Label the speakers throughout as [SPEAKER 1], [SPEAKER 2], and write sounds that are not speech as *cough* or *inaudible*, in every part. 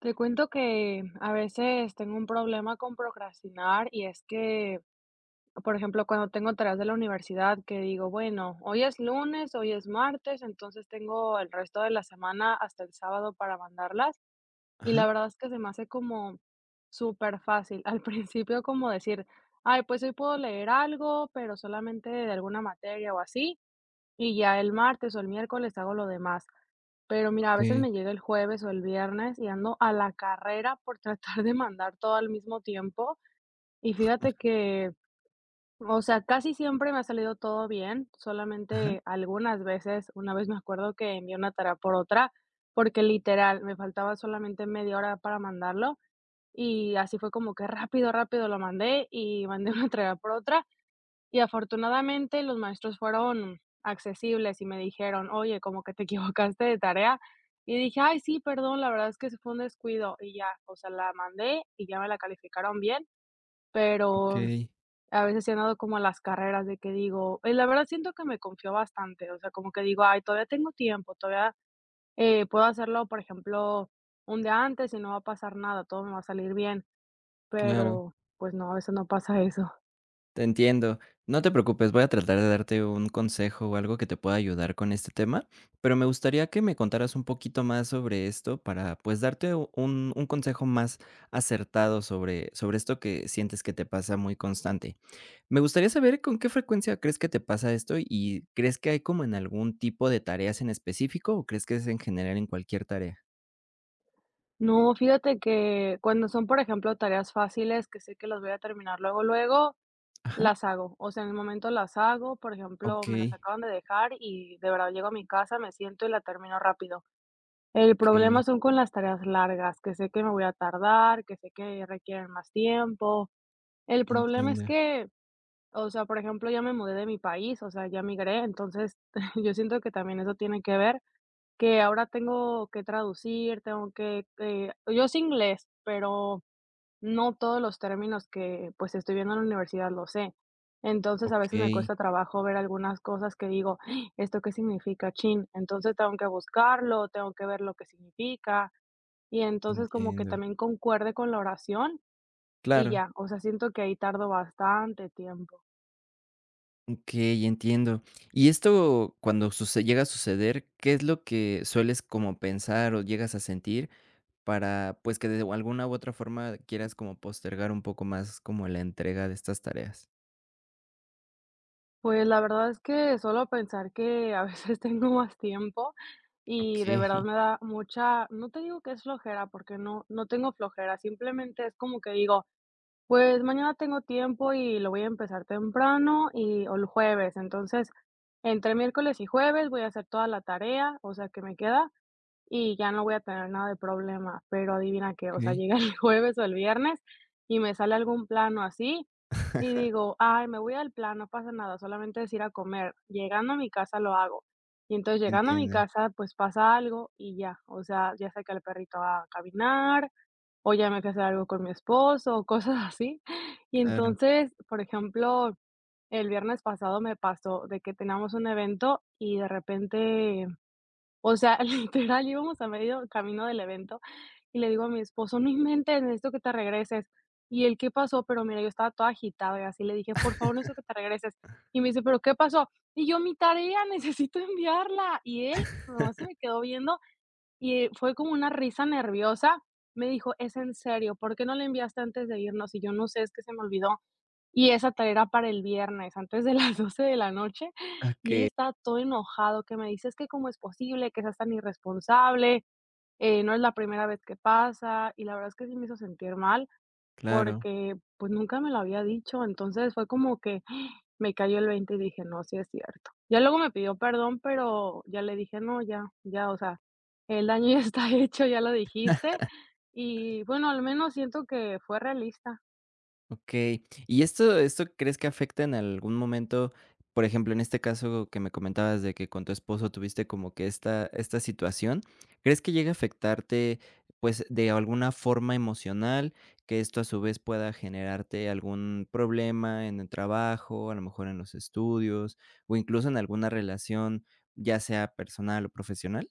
[SPEAKER 1] Te cuento que a veces tengo un problema con procrastinar y es que, por ejemplo, cuando tengo tareas de la universidad que digo, bueno, hoy es lunes, hoy es martes, entonces tengo el resto de la semana hasta el sábado para mandarlas y
[SPEAKER 2] Ajá.
[SPEAKER 1] la verdad es que se me hace como súper fácil. *laughs* Al principio como decir, ay, pues hoy puedo leer algo, pero solamente de alguna materia o así. Y ya el martes o el miércoles hago lo demás. Pero mira, a veces
[SPEAKER 2] Okey.
[SPEAKER 1] me llega el jueves o el viernes y ando a la carrera por *laughs* tratar de mandar todo al mismo tiempo. Y fíjate que, o sea, casi siempre me ha salido todo bien,
[SPEAKER 2] Ajá.
[SPEAKER 1] solamente algunas veces, una vez me acuerdo que envié una tarea por otra, porque literal me faltaba solamente media hora para mandarlo y así fue como que rápido, rápido lo mandé y mandé *laughs* una tarea por otra y afortunadamente los maestros fueron accesibles y me dijeron: "Oye, como que te *laughs* equivocaste de tarea". Y dije: "Ay, sí, perdón, la verdad es que ese fue un descuido", y ya, o sea, la mandé y ya me la calificaron bien, pero
[SPEAKER 2] Okey.
[SPEAKER 1] a veces sí he andado como a las carreras de que digo y la verdad siento que me confió bastante, o sea, como que digo: "Ay, todavía tengo tiempo, todavía, puedo hacerlo, por ejemplo, un día antes y no va a pasar nada, todo me va a salir bien",
[SPEAKER 2] Claro,
[SPEAKER 1] pero, pues no, a veces no pasa eso.
[SPEAKER 2] te entiendo. No te preocupes, voy a tratar de darte un consejo o algo que te pueda ayudar con este tema, pero me gustaría que me contaras un poquito más sobre esto para, pues, darte un consejo más acertado sobre esto que sientes que te pasa muy constante. Me gustaría saber con qué frecuencia crees que te pasa esto y, ¿crees que hay como en algún tipo de tareas en específico o crees que es en general en cualquier tarea?
[SPEAKER 1] No, fíjate que cuando son, por ejemplo, tareas fáciles que sé que las voy a terminar luego, luego,
[SPEAKER 2] Ajá.
[SPEAKER 1] las hago. O sea, en el momento las hago, por ejemplo, me las
[SPEAKER 2] Okey.
[SPEAKER 1] acaban de dejar y de verdad llego a mi casa, me siento y la termino rápido. El problema
[SPEAKER 2] Okey,
[SPEAKER 1] son con las tareas largas, que sé que me voy a tardar, que sé que requieren más tiempo. El problema es
[SPEAKER 2] entiendo.
[SPEAKER 1] que, o sea, por ejemplo, ya me mudé de mi país, o sea, ya migré, entonces *laughs* yo siento que también eso tiene que ver que ahora tengo que traducir, tengo que, yo sé inglés, pero no todos los términos que, pues, estoy viendo en la universidad lo sé. Entonces, a veces me
[SPEAKER 2] Okey.
[SPEAKER 1] cuesta trabajo ver algunas cosas que digo: "Ah, "¿Esto qué significa? Chin". Entonces, tengo que buscarlo, tengo que ver lo que significa, y entonces como que
[SPEAKER 2] Entiendo.
[SPEAKER 1] también concuerde con la oración y
[SPEAKER 2] Claro.
[SPEAKER 1] ya, o sea, siento que ahí tardo bastante tiempo.
[SPEAKER 2] Okey, entiendo. Y esto cuando suce llega a suceder, ¿qué es lo que sueles como pensar o llegas a sentir para, pues, que de alguna u otra forma quieras como postergar un poco más como la entrega de estas tareas?
[SPEAKER 1] Pues, la verdad es que solo pensar que a veces *laughs* tengo más tiempo y de verdad
[SPEAKER 2] Okey.
[SPEAKER 1] me da mucha no te digo que es flojera, porque no tengo flojera, simplemente es como que digo: "Pues, mañana tengo tiempo y lo voy a empezar temprano y o el jueves". Entonces, entre miércoles y jueves voy a hacer toda la tarea, o sea, que me queda, y ya no voy a tener nada de problema, pero adivina qué, o sea,
[SPEAKER 2] Okey.
[SPEAKER 1] llega el *laughs* jueves o el viernes y me sale algún plano así y
[SPEAKER 2] *laughs*
[SPEAKER 1] digo: "Ay, me voy al plan, no pasa nada, solamente es ir a comer". Llegando a mi casa lo hago. Y entonces llegando a mi
[SPEAKER 2] Entiendo,
[SPEAKER 1] casa, pues pasa algo y ya, o sea, ya saqué al perrito a caminar, o ya me fui a hacer algo con mi esposo, o cosas así. *laughs* Y
[SPEAKER 2] claro.
[SPEAKER 1] entonces, por ejemplo, el viernes pasado me pasó de que teníamos un evento y de repente o sea, *laughs* literal, íbamos a medio camino del evento, y le digo a mi esposo: "No inventes, necesito que te regreses". Y él: "¿Qué pasó?". Pero mira, yo estaba toda agitada y así, le dije: "Por favor, necesito que te regreses". Y me dice: "¿Pero qué pasó?". Y yo: "Mi tarea, *laughs* necesito enviarla". Y él nomás se me quedó viendo, y fue como una risa nerviosa. Me dijo: "¿Es en serio? ¿Por qué no la enviaste antes de irnos?". Y yo: "No sé, es que se me olvidó". Y esa tarea era para el viernes, antes de *laughs* las 12 de la noche, y él
[SPEAKER 2] Okey,
[SPEAKER 1] estaba todo enojado, que me dice: "Es que cómo es posible que seas tan irresponsable, no es la primera vez que pasa", y la verdad es que sí me hizo sentir mal,
[SPEAKER 2] claro.
[SPEAKER 1] porque, pues, nunca me lo había dicho, entonces fue como que *gasps* me cayó el 20 y dije: "No, sí es cierto". Ya luego me pidió perdón, pero ya le dije: "No, ya, ya, o sea, el daño ya está *laughs* hecho, ya lo dijiste", y bueno, al menos siento que fue realista.
[SPEAKER 2] Okey. ¿Y esto crees que afecta en algún momento? Por ejemplo, en este caso que me comentabas de que con tu esposo tuviste como que esta situación, ¿crees que llegue a afectarte, pues, de alguna forma emocional? Que esto a su vez pueda generarte algún problema en el trabajo, a lo mejor en los estudios, o incluso en alguna relación, ya sea personal o profesional.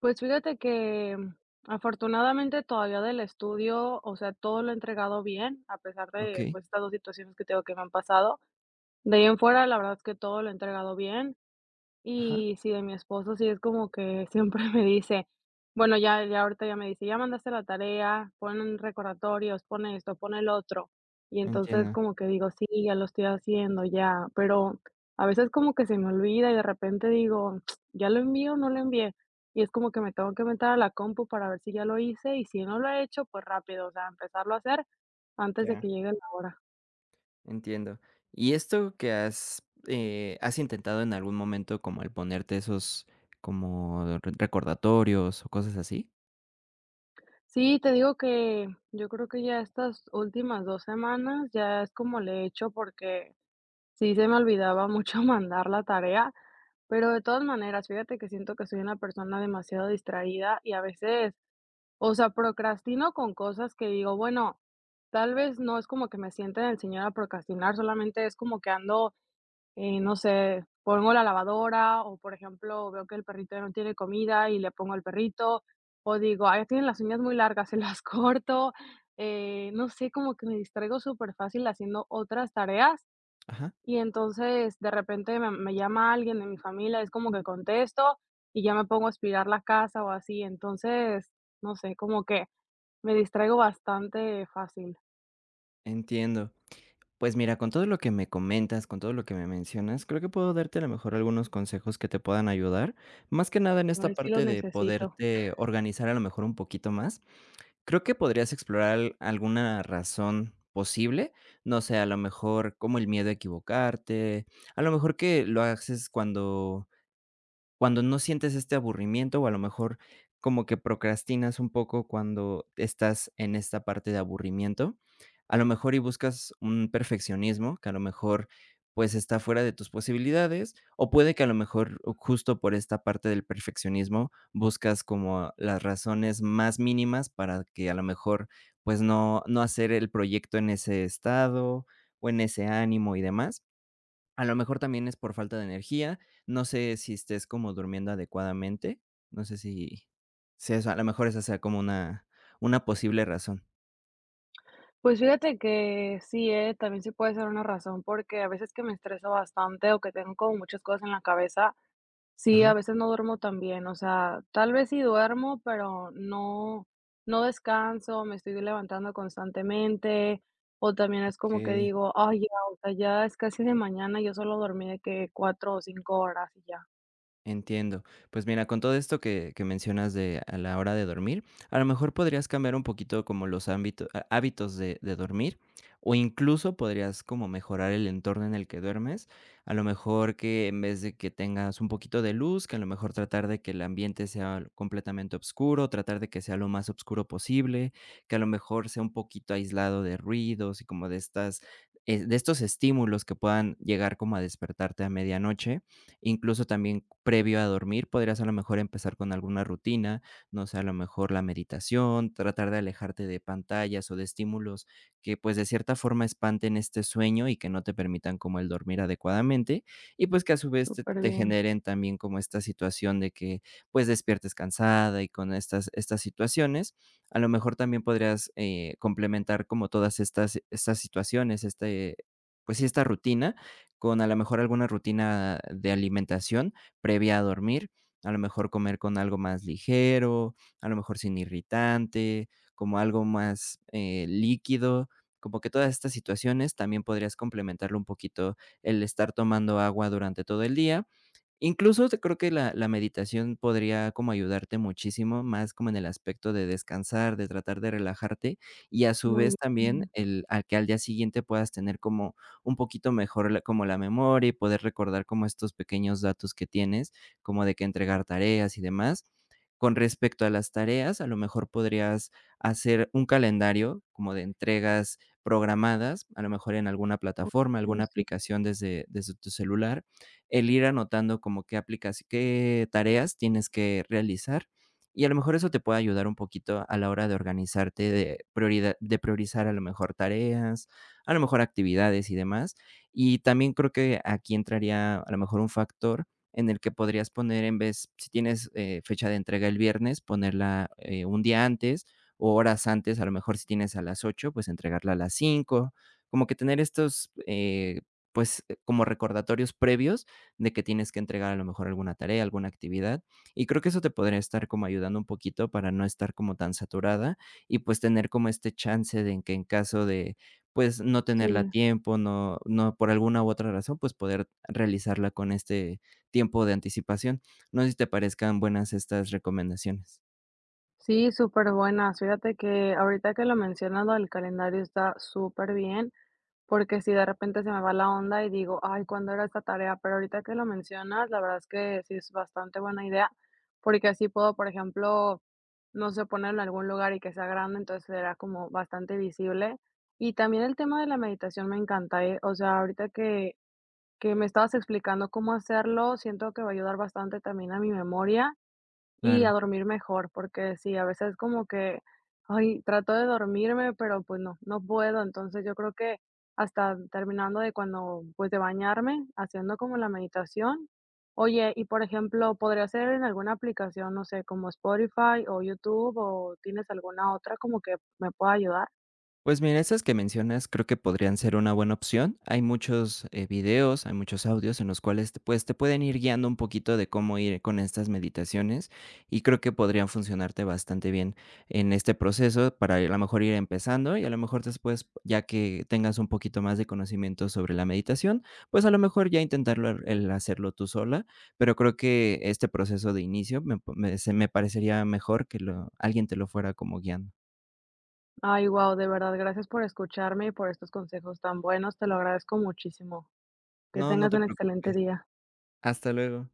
[SPEAKER 1] Pues fíjate que, afortunadamente, todavía del estudio, o sea, todo lo he entregado bien, a pesar de,
[SPEAKER 2] Okey.
[SPEAKER 1] pues, estas 2 situaciones que tengo que me han pasado. De ahí en fuera, la verdad es que todo lo he entregado bien.
[SPEAKER 2] Ajá,
[SPEAKER 1] Y sí, de mi esposo sí es como que siempre *laughs* me dice, bueno, ya ahorita ya me dice: "Ya mandaste la tarea, pon recordatorios, pon esto, pon el otro". Y entonces
[SPEAKER 2] entiendo.
[SPEAKER 1] como que digo: "Sí, ya lo estoy haciendo, ya". Pero a veces como que se me olvida y de repente digo: *tsk* "¿Ya lo envío o no lo envié?". Y es como que me tengo que meter a la compu para ver si ya lo hice y si no lo he hecho, pues rápido, o sea, empezarlo a hacer antes de que
[SPEAKER 2] Ya.
[SPEAKER 1] llegue la hora.
[SPEAKER 2] Entiendo. ¿Y esto que has, has intentado en algún momento como el ponerte esos como recordatorios o cosas así?
[SPEAKER 1] Sí, te digo que yo creo que ya estas últimas 2 semanas ya es como le he hecho, porque sí se me olvidaba mucho *laughs* mandar la tarea, pero de todas maneras, fíjate que siento que soy una persona demasiado distraída y a veces, o sea, procrastino con cosas que digo, bueno, tal vez no es como que me siente el señor a procrastinar, solamente es como que ando no sé, pongo la lavadora o, por ejemplo, veo que el perrito ya no tiene comida y le pongo al perrito, o digo: "Ay, tienen las uñas muy largas", *laughs* se las corto, no sé, como que me distraigo súper fácil haciendo otras tareas,
[SPEAKER 2] Ajá,
[SPEAKER 1] y entonces, de repente me llama alguien de mi familia, es como que contesto y ya me pongo a aspirar la casa o así. Entonces, no sé, como que me distraigo bastante fácil.
[SPEAKER 2] entiendo. Pues mira, con todo lo que me comentas, con todo lo que me mencionas, creo que puedo darte a lo mejor algunos consejos que te puedan ayudar. Más que nada en
[SPEAKER 1] No,
[SPEAKER 2] esta
[SPEAKER 1] ver si lo
[SPEAKER 2] parte de
[SPEAKER 1] necesito.
[SPEAKER 2] poderte organizar a lo mejor un poquito más. Creo que podrías explorar alguna razón posible. No sé, a lo mejor como el miedo a equivocarte, a lo mejor que lo haces cuando cuando no sientes este aburrimiento, o a lo mejor como que procrastinas un poco cuando estás en esta parte de aburrimiento, a lo mejor y buscas un perfeccionismo que a lo mejor, pues, está fuera de tus posibilidades, o puede que a lo mejor justo por esta parte del perfeccionismo buscas como las razones más mínimas para que a lo mejor, pues, no hacer el proyecto en ese estado o en ese ánimo y demás. A lo mejor también es por falta de energía, no sé si estés como durmiendo adecuadamente, no sé si eso, a lo mejor esa sea como una posible razón.
[SPEAKER 1] Pues fíjate que sí, también sí puede ser una razón, porque a veces que me estreso bastante o que tengo como muchas cosas en la cabeza, sí, a
[SPEAKER 2] Ajá,
[SPEAKER 1] veces no duermo tan bien, o sea, tal vez sí duermo, pero no descanso, me estoy levantando constantemente, o también es como que
[SPEAKER 2] okey.
[SPEAKER 1] digo: "Ay, ya, o sea, ya es casi de mañana", yo solo dormí de que 4 o 5 horas y ya.
[SPEAKER 2] Entiendo. Pues mira, con todo esto que mencionas de a la hora de dormir, a lo mejor podrías cambiar un poquito como los ámbitos, hábitos de dormir o incluso podrías como mejorar el entorno en el que duermes. A lo mejor que en vez de que tengas un poquito de luz, que a lo mejor tratar de que el ambiente sea completamente oscuro, tratar de que sea lo más oscuro posible, que a lo mejor sea un poquito aislado de ruidos y como de estas, de estos estímulos que puedan llegar como a despertarte a medianoche. Incluso también previo a dormir podrías a lo mejor empezar con alguna rutina, no sé, a lo mejor la meditación, tratar de alejarte de pantallas o de estímulos que pues de cierta forma espanten este sueño y que no te permitan como el dormir adecuadamente y pues que a su vez te,
[SPEAKER 1] Súper
[SPEAKER 2] te
[SPEAKER 1] bien,
[SPEAKER 2] generen también como esta situación de que pues despiertes cansada y con estas, estas situaciones. A lo mejor también podrías complementar como todas estas, estas situaciones, este, pues sí, esta rutina con a lo mejor alguna rutina de alimentación previa a dormir, a lo mejor comer con algo más ligero, a lo mejor sin irritante, como algo más, líquido, como que todas estas situaciones también podrías complementarlo un poquito el estar tomando agua durante todo el día. Incluso te creo que la la meditación podría como ayudarte muchísimo, más como en el aspecto de descansar, de tratar de relajarte, y a su
[SPEAKER 1] muy
[SPEAKER 2] vez también
[SPEAKER 1] bien.
[SPEAKER 2] el a que al día siguiente puedas tener como un poquito mejor la como la memoria y poder recordar como estos pequeños datos que tienes, como de que entregar tareas y demás, con respecto a las tareas, a lo mejor podrías hacer un calendario como de entregas programadas, a lo mejor en alguna plataforma,
[SPEAKER 1] Sí,
[SPEAKER 2] alguna
[SPEAKER 1] sí,
[SPEAKER 2] aplicación desde tu celular, el ir anotando como qué aplicas, qué tareas tienes que realizar, y a lo mejor eso te puede ayudar un poquito a la hora de organizarte, de prioridad, de priorizar a lo mejor tareas, a lo mejor actividades y demás. Y también creo que aquí entraría a lo mejor un factor en el que podrías poner en vez, si tienes fecha de entrega el viernes, ponerla un día antes o horas antes, a lo mejor si tienes a las 8 pues entregarla a las cinco, como que tener estos, pues como recordatorios previos de que tienes que entregar a lo mejor alguna tarea, alguna actividad. Y creo que eso te podría estar como ayudando un poquito para no estar como tan saturada y pues tener como este chance de en que en caso de pues no tenerla a
[SPEAKER 1] sí.
[SPEAKER 2] tiempo, no por alguna u otra razón, pues poder realizarla con este tiempo de anticipación. No sé si te parezcan buenas estas recomendaciones.
[SPEAKER 1] Sí, superbuenas. Fíjate que ahorita que lo mencionas, lo del calendario está superbién, porque si de repente se me va la onda y digo: "Ay, ¿cuándo era esta tarea?". Pero ahorita que lo mencionas, la verdad es que sí es bastante buena idea, porque así puedo, por ejemplo, no sé, ponerlo en algún lugar y que sea grande, entonces será como bastante visible. Y también el tema de la meditación me encanta, ¿eh? O sea, ahorita que me estabas explicando cómo hacerlo, siento que va a ayudar bastante también a mi memoria y a
[SPEAKER 2] Claro.
[SPEAKER 1] dormir mejor, porque sí, a veces como que, ay, trato de dormirme, pero pues no, no puedo. Entonces yo creo que hasta terminando de cuando, pues de bañarme, haciendo como la meditación. Oye, y por ejemplo, ¿podría ser en alguna aplicación, no sé, como Spotify o YouTube o tienes alguna otra como que me pueda ayudar?
[SPEAKER 2] Pues mira, esas que mencionas creo que podrían ser una buena opción. Hay muchos videos, hay muchos audios en los cuales te, pues, te pueden ir guiando un poquito de cómo ir con estas meditaciones y creo que podrían funcionarte bastante bien en este proceso para a lo mejor ir empezando y a lo mejor después, ya que tengas un poquito más de conocimiento sobre la meditación, pues a lo mejor ya intentarlo el hacerlo tú sola, pero creo que este proceso de inicio me, se me parecería mejor que lo, alguien te lo fuera como guiando.
[SPEAKER 1] Ay, wow, de verdad, gracias por escucharme y por estos consejos tan buenos, te lo agradezco muchísimo. Que
[SPEAKER 2] No, no
[SPEAKER 1] tengas
[SPEAKER 2] te
[SPEAKER 1] un excelente
[SPEAKER 2] preocupes.
[SPEAKER 1] día.
[SPEAKER 2] Hasta luego.